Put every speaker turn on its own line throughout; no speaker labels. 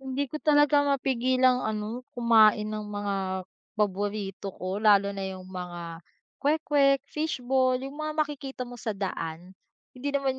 Hindi ko talaga mapigilang ano, kumain ng mga paborito ko lalo na yung mga kwek-kwek, fishball, yung mga makikita mo sa daan. Hindi naman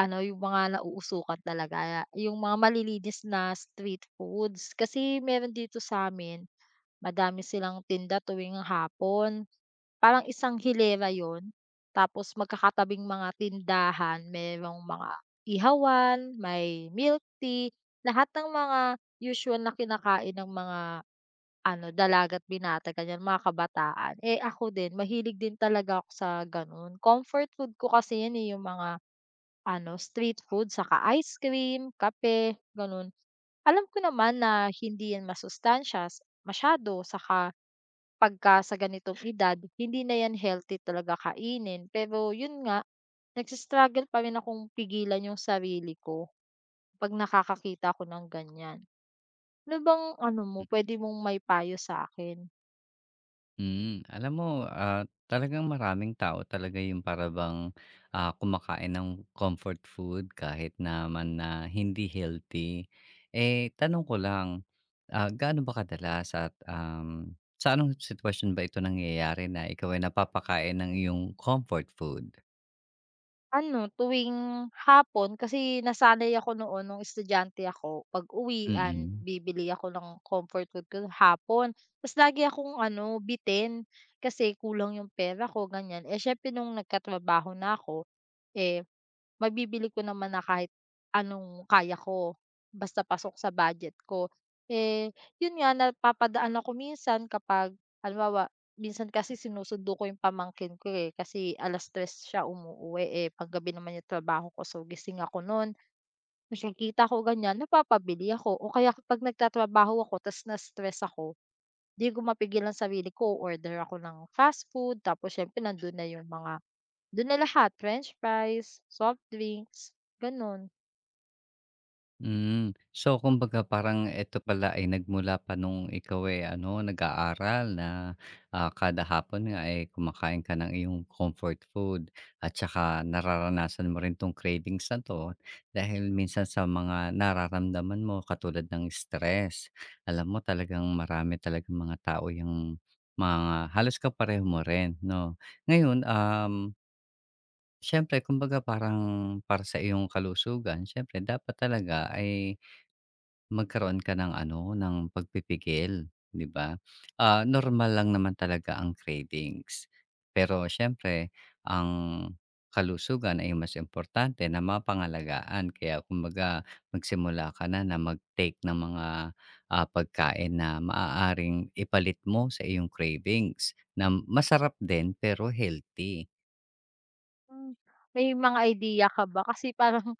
ano, yung mga nauusukan talaga, yung mga malilinis na street foods. Kasi meron dito sa'min, madami silang tinda tuwing hapon. Parang isang hilera yon, tapos magkakatabing mga tindahan, merong mga ihawan, may milk tea, lahat ng mga usual na kinakain ng mga ano, dalaga't binata ganiyan, mga kabataan. Eh, ako din mahilig din talaga ako sa gano'n. Comfort food ko kasi 'yan, eh, yung mga ano, street food, saka ice cream, kape, gano'n. Alam ko naman na hindi 'yan masustansyas masyado, saka pagka sa ganitong edad, hindi na 'yan healthy talaga kainin. Pero yun nga, nagsi-struggle pa rin akong pigilan yung sarili ko 'pag nakakakita ko ng ganyan. Ano bang ano mo, pwede mong may payo sa akin?
Alam mo, talagang maraming tao talaga yung para bang, kumakain ng comfort food kahit naman na hindi healthy. Eh, tanong ko lang, gaano ba kadalas at, sa anong sitwasyon ba ito nangyayari na ikaw ay napapakain ng iyong comfort food?
Ano, tuwing hapon kasi nasanay ako noon nung estudyante ako, 'pag-uwian
Mm.
bibili ako ng comfort food ko hapon. Ta's lagi akong ano, bitin kasi kulang yung pera ko, ganyan. Eh, siyempre nung nagkatrabaho na ako, eh, mabibili ko naman na kahit anong kaya ko, basta pasok sa budget ko. Eh, yun nga napapadaan ako minsan kapag halimbawa, minsan kasi sinusundo ko yung pamangkin ko, eh, kasi 3:00 siya umuuwi, eh, panggabi naman yung trabaho ko so gising ako noon. Ta's yung kita ko ganyan, napapabili ako o kaya kapag nagtatrabaho ako ta's na-stress ako, 'di ko mapigilan sarili ko, o-order ako ng fast food tapos siyempre nando'n na yung mga do'n na lahat, french fries, soft drinks, gano'n.
Hmm. So kumbaga parang eto pala ay nagmula pa nung ikaw, eh, ano nag-aaral na, kada hapon nga, eh, kumakain ka ng iyong comfort food at saka nararanasan mo rin 'tong cravings na 'to dahil minsan sa mga nararamdaman mo katulad ng stress. Alam mo talagang marami talagang mga tao yung mga halos kapareho mo rin 'no. Ngayon, siyempre kumbaga parang para sa iyong kalusugan siyempre dapat talaga ay magkaroon ka ng ano, ng pagpipigil, 'di ba? Normal lang naman talaga ang cravings. Pero siyempre ang kalusugan ay mas importante na mapangalagaan kaya kumbaga magsimula ka na na mag-take ng mga, pagkain na maaaring ipalit mo sa iyong cravings na masarap din pero healthy.
Hmm. May mga idea ka ba? Kasi parang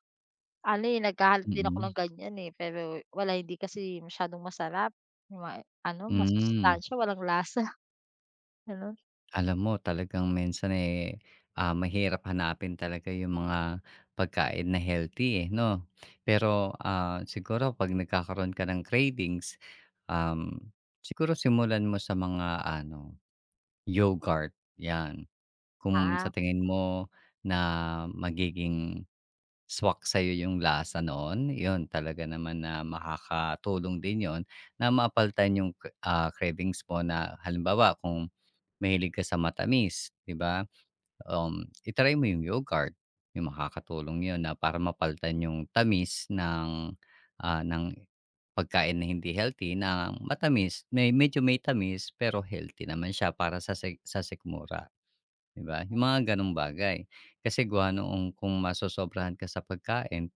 ano, eh, naghahanap din ako
Mm-hmm.
ng ganyan, eh, pero wala, hindi kasi masyadong masarap, yung mga ano,
Mm, hmm.
masustansya, walang lasa, gano'n.
Alam mo talagang minsan, eh, mahirap hanapin talaga yung mga pagkain na healthy, eh, 'no? Pero, siguro 'pag nagkakaroon ka ng cravings, um, siguro simulan mo sa mga ano, yogurt, 'yan. Kung sa
Ah.
tingin mo na magiging swak sa'yo yung lasa noon, yun talaga naman na makakatulong din yon na maapalitan yung, cravings mo na halimbawa kung mahilig ka sa matamis, 'di ba? I mo yung yogurt, yung makakatulong yun na para mapalitan yung tamis ng, ng pagkain na hindi healthy na matamis, may medyo may tamis pero healthy naman siya para sa sek sa sikmura, 'di ba? Yung mga gano'ng bagay. Kasi gawa noong kung masosobrahan ka sa pagkain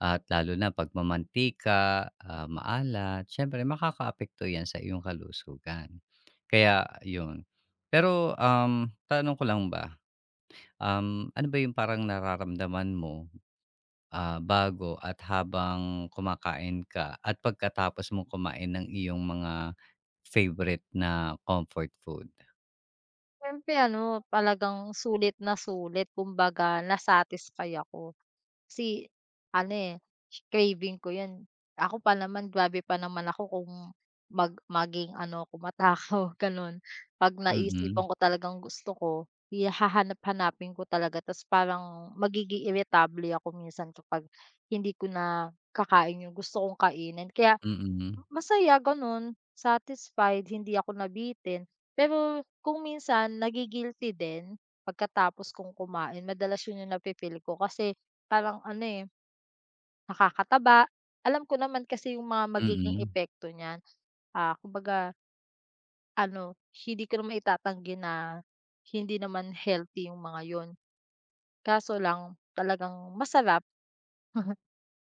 at lalo na 'pag mamantika, maalat, siyempre makakaapekto 'yan sa iyong kalusugan. Kaya yun. Pero, tanong ko lang ba, ano ba yung parang nararamdaman mo, bago at habang kumakain ka at pagkatapos mo kumain ng iyong mga favorite na comfort food?
Siyempre ano, talagang sulit na sulit kumbaga na-satisfy ako. Kasi ano, eh, craving ko 'yan. Ako pa naman, grabe pa naman ako kung maging ano ako, matakaw, gano'n. 'Pag
Mm, mm,
naisipan ko talagang gusto ko, hahanap-hanapin ko talaga ta's parang magiging iritable ako minsan kapag hindi ko na kakain yung gusto kong kainin. Kaya
mm,
masaya gano'n, satisfied, hindi ako nabitin. Pero kung minsan nagi-guilty din pagkatapos kong kumain madalas 'yun 'yung napipili ko kasi parang ano, eh, nakakataba. Alam ko naman kasi 'yung mga magiging
mm.
epekto niyan, ah, kumbaga ano, hindi ko naman itatanggi na hindi naman healthy 'yung mga 'yun, kaso lang talagang masarap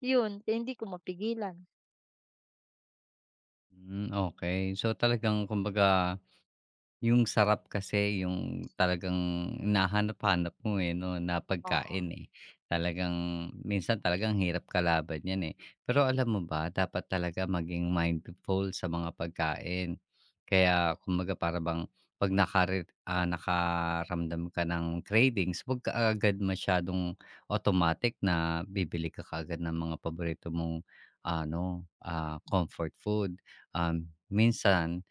'yun, kaya hindi ko mapigilan.
Hmm, okey. So, talagang kumbaga yung sarap kasi yung talagang hinahanap-hanap mo, eh, 'no, na
Oo,
pagkain, eh. Talagang minsan talagang hirap kalaban 'yan, eh. Pero alam mo ba dapat talaga maging mindful sa mga pagkain. Kaya kumbaga para bang 'pag nakaramdam ka ng cravings, 'wag ka agad masyadong automatic na bibili ka kaagad ng mga paborito mong ano, comfort food. Minsan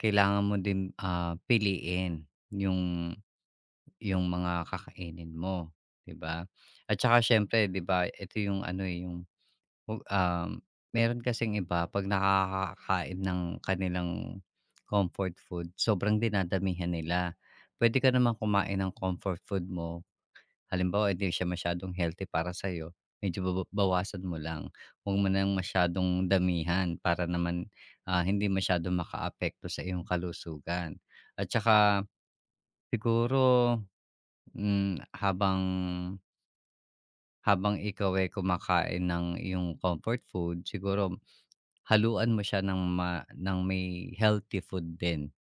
kailangan mo din, piliin yung mga kakainin mo, 'di ba? At saka siyempre 'di ba, ito yung ano, eh, hu um, meron kasing iba 'pag nakakain ng kanilang comfort food, sobrang dinadamihan nila. Puwede ka naman kumain ng comfort food mo. Halimbawa, hindi siya masyadong healthy para sa'yo, medyo bawasan mo lang. Huwag mo ng masyadong damihan para naman, hindi masyadong makaapekto sa iyong kalusugan. At saka siguro, habang habang ikaw, ay kumakain ng iyong comfort food, siguro haluan mo siya ng ma ng may healthy food din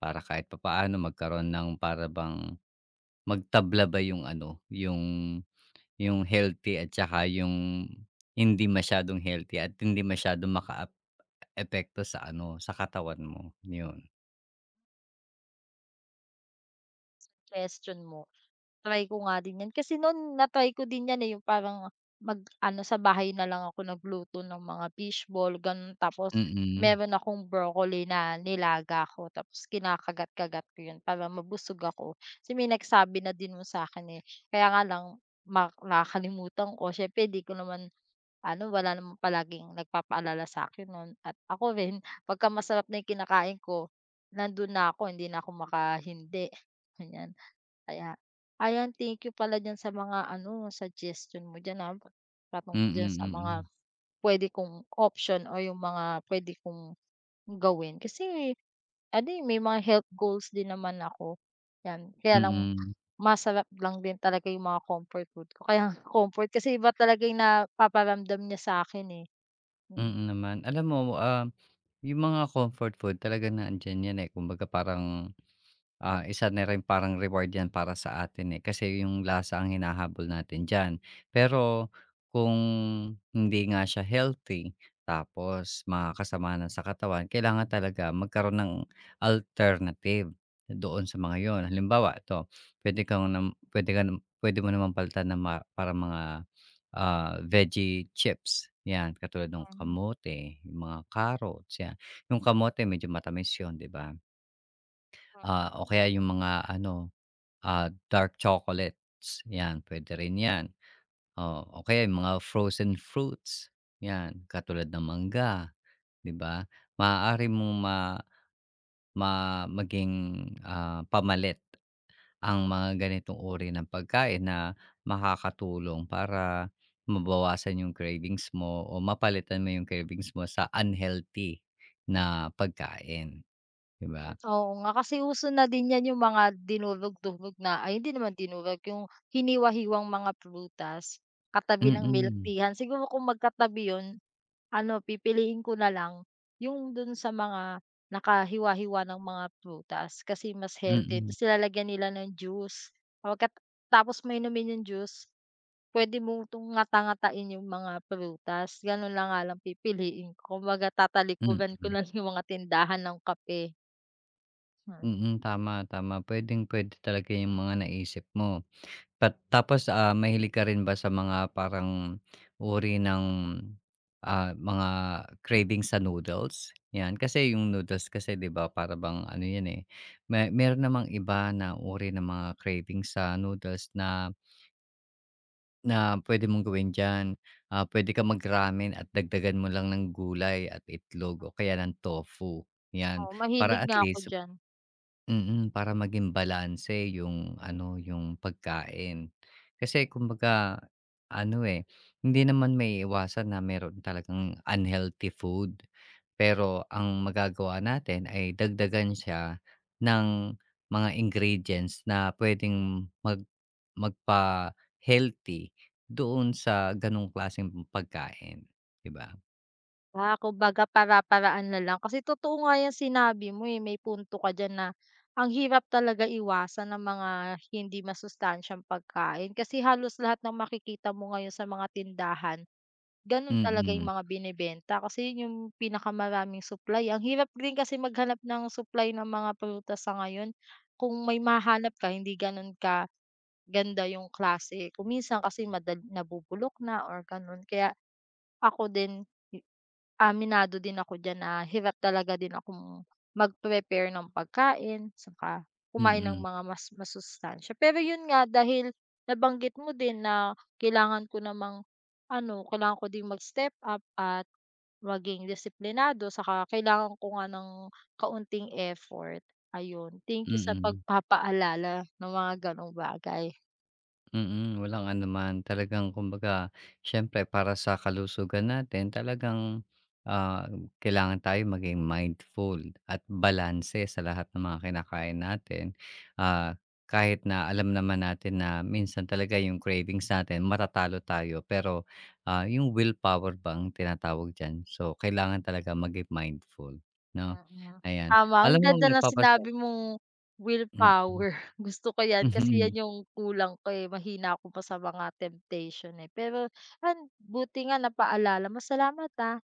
para kahit papaano magkaroon ng para bang magtabla ba yung ano, yung healthy at saka yung hindi masyadong healthy at hindi masyadong makaapekto sa ano, sa katawan mo, yun.
question mo? Try ko nga din 'yan, kasi noon na-try ko din 'yan, eh, yung parang mag-ano sa bahay na lang ako nagluto ng mga fishball gano'n, tapos
Mm.
meron akong broccoli na nilaga ko tapos kinakagat-kagat ko 'yun para mabusog ako. Kasi may nagsabi na din no'n sa'kin, eh, kaya nga lang nakakalimutan ko siyempre 'di ko naman ano, wala naman palaging nagpapaalala sa akin noon at ako rin pagka masarap na yung kinakain ko, nandun na ako hindi na ako makahindi, ganyan. Kaya, ayan thank you pala diyan sa mga ano suggestion mo diyan, ah, patungkol
Mm,
diyan sa mga
mm.
pwede kong option o yung mga pwede kong gawin. Kasi ano, eh, may mga health goals din naman ako, 'yan. Kaya lang
Mm.
masarap lang din talaga yung mga comfort food ko. Kaya comfort kasi iba talaga yung napaparamdam niya sa'kin, eh.
Mm naman. Alam mo, yung mga comfort food talaga nandiyan yan, eh, kumbaga parang isa na rin parang reward 'yan para sa atin, eh, kasi yung lasa ang hinahabol natin diyan. Pero kung hindi nga siya healthy, tapos makakasama na sa katawan, kailangan talaga magkaroon ng alternative doon sa mga 'yon. Halimbawa ito, pwede kang nam puwede ka nam puwede mo naman palitan na parang mga, veggie chips, 'yan. Katulad ng
Mm.
kamote, yung mga carrots, 'yan. Yung kamote medyo matamis 'yon, 'di ba? O kaya yung mga ano, dark chocolates, 'yan puwede rin 'yan. Oo, o kaya yung mga frozen fruits, 'yan katulad ng mangga, 'di ba? Maaari mong ma ma maging, pamalit ang mga ganitong uri ng pagkain na makakatulong para mabawasan yung cravings mo o mapalitan mo yung cravings mo sa unhealthy na pagkain, 'di
Hmm,
ba?
oo nga kasi uso na din 'yan yung mga dinurog-durog na ay hindi naman dinurog, yung hiniwa-hiwang mga prutas, katabi ng milk
Mm,
teahan. Siguro kung magkatabi 'yun, ano pipiliin ko na lang yung dun sa mga nakahiwa-hiwa ng mga prutas kasi mas healthy
mm,
ta's nilalagyan nila ng juice. Pagkat, tapos may inumin yung juice, puwede mo 'tong ngata-ngatain yung mga prutas, gano'n lang nga lang pipiliin ko. Kumbaga tatalikuran ko
mm.
lang yung mga tindahan ng kape. Hmm.
Mm, tama, tama. Puwedeng pwede talaga yung mga naisip mo. Tapos, mahilig ka rin ba sa mga parang uri ng, mga craving sa noodles? 'Yan, kasi yung noodles kasi 'di ba para bang ano 'yan, eh, meron namang iba na uri ng mga craving sa noodles na na pwede mong gawin diyan. Puwede kang mag-ramen at dagdagan mo lang ng gulay at itlog o kaya ng tofu, 'yan.
Oo,
Para
mahilig
at
nga ako
least.
diyan.
Mm, para maging balanse yung ano, yung pagkain. Kasi kumbaga ano, eh, hindi naman maiiwasan na meron talagang unhealthy food. Pero ang magagawa natin ay dagdagan siya ng mga ingredients na puwedeng magpa-healthy doon sa gano'ng klaseng pagkain, 'di ba?
Ah, kumbaga para-paraan na lang kasi totoo nga 'yang sinabi mo, eh, may punto ka diyan na ang hirap talaga iwasan ng mga hindi masustansyang pagkain kasi halos lahat ng makikita mo ngayon sa mga tindahan. Gano'n talaga yung
Mm,
mga binebenta kasi yun yung pinakamaraming supply. Ang hirap din kasi maghanap ng supply ng mga prutas sa ngayon. Kung may mahahanap ka hindi ganun ka ganda yung klase. Kung minsan kasi nabubulok na or gano'n kaya ako din, i aminado din ako diyan na hirap talaga din akong mag-prepare ng pagkain saka
mm,
kumain ng
mm.
mga mas masustansiya. Pero yun nga dahil nabanggit mo din na kailangan ko namang ano, kailangan ko ding mag-step up at maging disiplinado saka kailangan ko nga ng kaunting effort, ayun. Thank you sa
Mm.
pagpapaalala ng mga gano'ng bagay.
Mm, walang anuman. Talagang kumbaga siyempre para sa kalusugan natin talagang, ah, kailangan tayo maging mindful at balanse sa lahat ng mga kinakain natin. Ah, Kahit na alam naman natin na minsan talaga yung cravings natin matatalo tayo pero, yung willpower ba ang tinatawag diyan. So, kailangan talaga maging mindful 'no,
Mm,
ayan.
tama, ang
Alam mo
ganda ng
nagpapasa
sinabi mong
mm.
willpower, gusto ko 'yan kasi
Mhm.
'yan yung kulang ko, eh, mahina ako pa sa mga temptation, eh. Pero, buti nga napaalala mo, salamat, ah.